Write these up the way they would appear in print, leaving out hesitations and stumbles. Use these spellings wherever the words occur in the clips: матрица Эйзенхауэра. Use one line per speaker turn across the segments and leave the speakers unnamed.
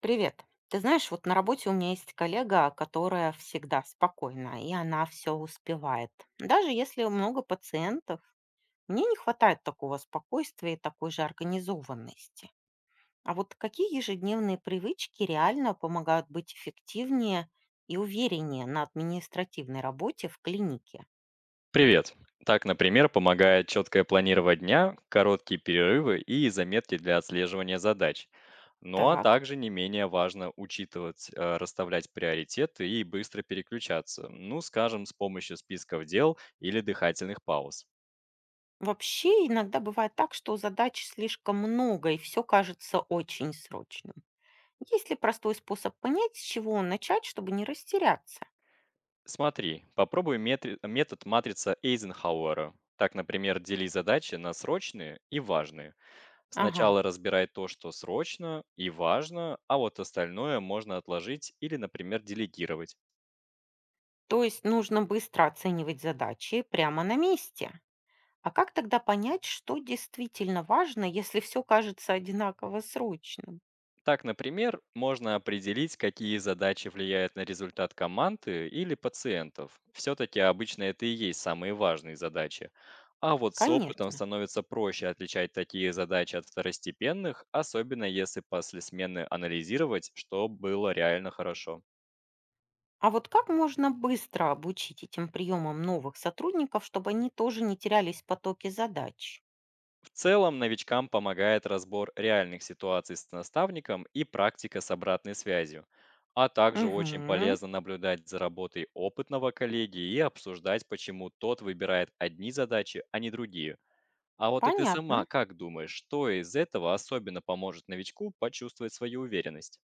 Привет. Ты знаешь, вот на работе у меня есть коллега, которая всегда спокойна, и она все успевает. Даже если много пациентов, мне не хватает такого спокойствия и такой же организованности. А вот какие ежедневные привычки реально помогают быть эффективнее и увереннее на административной работе в клинике?
Привет. Так, например, помогает четкое планирование дня, короткие перерывы и заметки для отслеживания задач. Ну а
Так.
также не менее важно учитывать, расставлять приоритеты и быстро переключаться. Ну, скажем, с помощью списков дел или дыхательных пауз.
Вообще иногда бывает так, что задач слишком много, и все кажется очень срочным. Есть ли простой способ понять, с чего начать, чтобы не растеряться?
Смотри, попробуй метод матрица Эйзенхауэра. Так, например, дели задачи на срочные и важные.
Ага.
Сначала разбирай то, что срочно и важно, а вот остальное можно отложить или, например, делегировать.
То есть нужно быстро оценивать задачи прямо на месте. А как тогда понять, что действительно важно, если все кажется одинаково срочным?
Так, например, можно определить, какие задачи влияют на результат команды или пациентов. Все-таки обычно это и есть самые важные задачи. А вот с опытом
Конечно.
становится проще отличать такие задачи от второстепенных, особенно если после смены анализировать, что было реально хорошо.
А вот как можно быстро обучить этим приемам новых сотрудников, чтобы они тоже не терялись в потоке задач?
В целом, новичкам помогает разбор реальных ситуаций с наставником и практика с обратной связью. А также очень
Угу,
полезно наблюдать за работой опытного коллеги и обсуждать, почему тот выбирает одни задачи, а не другие. А вот и ты сама
понятно.
как думаешь, что из этого особенно поможет новичку почувствовать свою уверенность?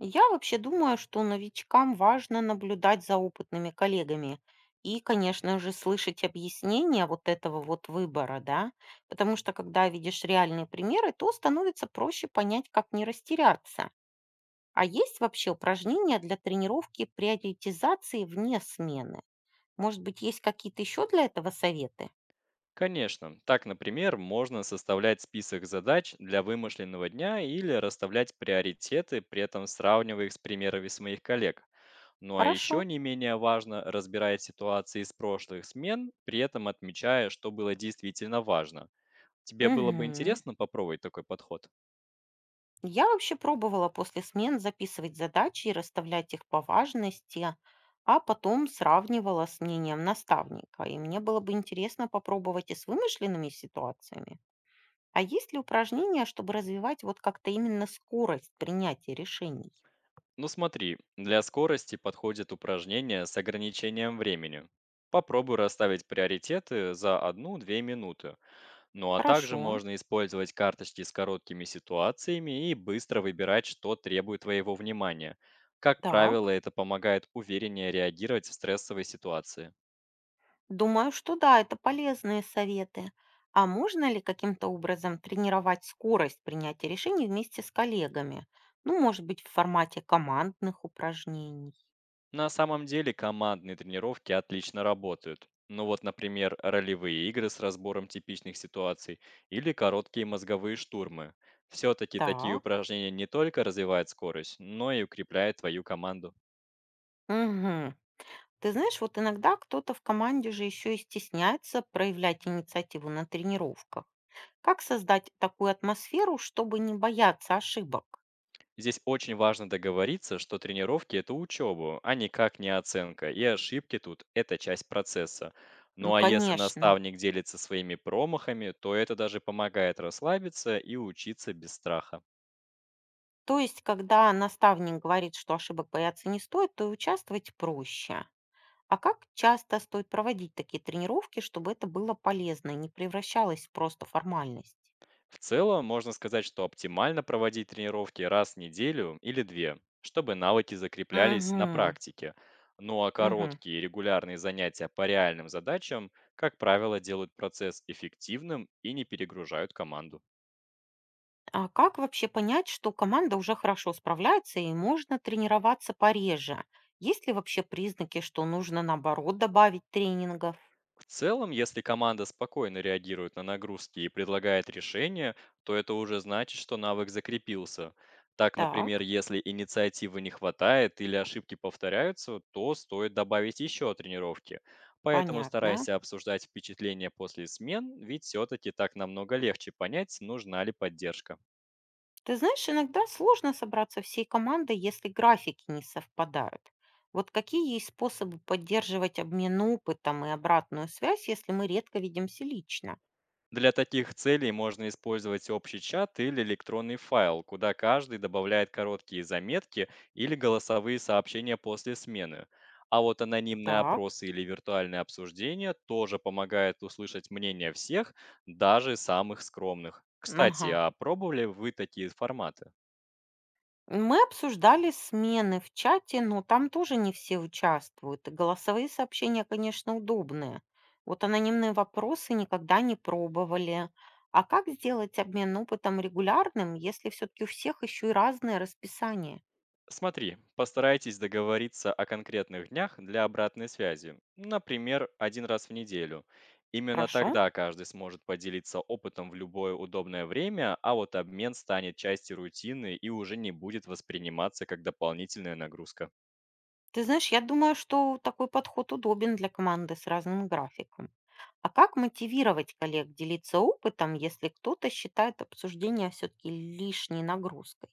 Я вообще думаю, что новичкам важно наблюдать за опытными коллегами и, конечно же, слышать объяснения вот этого вот выбора, да, потому что когда видишь реальные примеры, то становится проще понять, как не растеряться. А есть вообще упражнения для тренировки приоритизации вне смены? Может быть, есть какие-то еще для этого советы?
Конечно. Так, например, можно составлять список задач для вымышленного дня или расставлять приоритеты, при этом сравнивая их с примерами своих коллег. Ну а
Хорошо.
еще не менее важно, разбирать ситуации из прошлых смен, при этом отмечая, что было действительно важно. Тебе было бы
Мгм.
интересно попробовать такой подход?
Я вообще пробовала после смен записывать задачи и расставлять их по важности, а потом сравнивала с мнением наставника. И мне было бы интересно попробовать и с вымышленными ситуациями. А есть ли упражнения, чтобы развивать вот как-то именно скорость принятия решений?
Ну смотри, для скорости подходит упражнение с ограничением времени. Попробуй расставить приоритеты за одну-две минуты. Ну а также
Хорошо,
можно использовать карточки с короткими ситуациями и быстро выбирать, что требует твоего внимания. Как правило,
так.
это помогает увереннее реагировать в стрессовой ситуации.
Думаю, что да, это полезные советы. А можно ли каким-то образом тренировать скорость принятия решений вместе с коллегами? Ну, может быть, в формате командных упражнений?
На самом деле командные тренировки отлично работают. Ну вот, например, ролевые игры с разбором типичных ситуаций или короткие мозговые штурмы. Все-таки такие
Так.
упражнения не только развивают скорость, но и укрепляют твою команду.
Мгм. Ты знаешь, вот иногда кто-то в команде же еще и стесняется проявлять инициативу на тренировках. Как создать такую атмосферу, чтобы не бояться ошибок?
Здесь очень важно договориться, что тренировки– это учеба, а никак не оценка, и ошибки тут– это часть процесса.
Ну,
Ну а если
конечно.
наставник делится своими промахами, то это даже помогает расслабиться и учиться без страха.
То есть, когда наставник говорит, что ошибок бояться не стоит, то и участвовать проще. А как часто стоит проводить такие тренировки, чтобы это было полезно и не превращалось в просто формальность?
В целом, можно сказать, что оптимально проводить тренировки раз в неделю или две, чтобы навыки закреплялись на
Угу,
практике. Ну а
угу.
короткие регулярные занятия по реальным задачам, как правило, делают процесс эффективным и не перегружают команду.
А как вообще понять, что команда уже хорошо справляется и можно тренироваться пореже? Есть ли вообще признаки, что нужно наоборот добавить тренингов?
В целом, если команда спокойно реагирует на нагрузки и предлагает решения, то это уже значит, что навык закрепился. Так, например,
Так,
если инициативы не хватает или ошибки повторяются, то стоит добавить еще тренировки. Поэтому
понятно.
старайся обсуждать впечатления после смен, ведь все-таки так намного легче понять, нужна ли поддержка.
Ты знаешь, иногда сложно собраться всей командой, если графики не совпадают. Вот какие есть способы поддерживать обмен опытом и обратную связь, если мы редко видимся лично?
Для таких целей можно использовать общий чат или электронный файл, куда каждый добавляет короткие заметки или голосовые сообщения после смены. А вот анонимные
Так,
опросы или виртуальные обсуждения тоже помогают услышать мнение всех, даже самых скромных. Кстати,
ага.
а пробовали вы такие форматы?
Мы обсуждали смены в чате, но там тоже не все участвуют. И голосовые сообщения, конечно, удобные. Вот анонимные вопросы никогда не пробовали. А как сделать обмен опытом регулярным, если все-таки у всех еще и разное расписание?
Смотри, постарайтесь договориться о конкретных днях для обратной связи, например, один раз в неделю. Именно
Хорошо.
тогда каждый сможет поделиться опытом в любое удобное время, а вот обмен станет частью рутины и уже не будет восприниматься как дополнительная нагрузка.
Ты знаешь, я думаю, что такой подход удобен для команды с разным графиком. А как мотивировать коллег делиться опытом, если кто-то считает обсуждение все-таки лишней нагрузкой?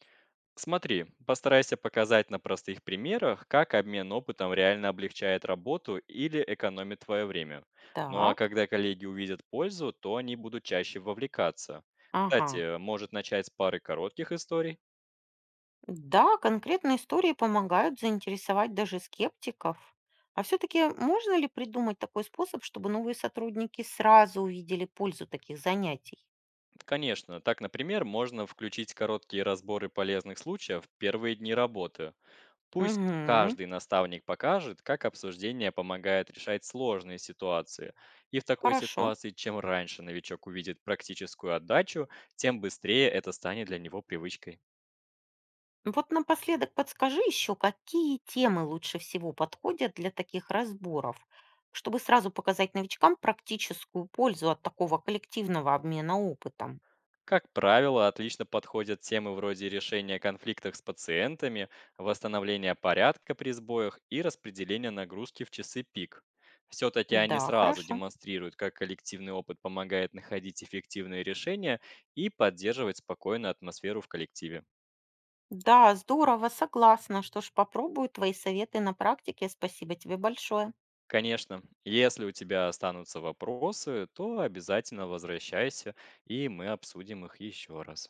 Смотри, постарайся показать на простых примерах, как обмен опытом реально облегчает работу или экономит твое время. Ну а
Так,
когда коллеги увидят пользу, то они будут чаще вовлекаться.
ага.
Кстати, может начать с пары коротких историй?
Да, конкретные истории помогают заинтересовать даже скептиков. А все-таки можно ли придумать такой способ, чтобы новые сотрудники сразу увидели пользу таких занятий?
Конечно, так, например, можно включить короткие разборы полезных случаев в первые дни работы. Пусть
Угу,
каждый наставник покажет, как обсуждение помогает решать сложные ситуации. И в такой
хорошо.
ситуации, чем раньше новичок увидит практическую отдачу, тем быстрее это станет для него привычкой.
Вот напоследок подскажи еще, какие темы лучше всего подходят для таких разборов, чтобы сразу показать новичкам практическую пользу от такого коллективного обмена опытом.
Как правило, отлично подходят темы вроде решения конфликтов с пациентами, восстановления порядка при сбоях и распределения нагрузки в часы пик. Все-таки они
Да,
сразу
хорошо.
демонстрируют, как коллективный опыт помогает находить эффективные решения и поддерживать спокойную атмосферу в коллективе.
Да, здорово, согласна. Что ж, попробую твои советы на практике. Спасибо тебе большое.
Конечно, если у тебя останутся вопросы, то обязательно возвращайся, и мы обсудим их еще раз.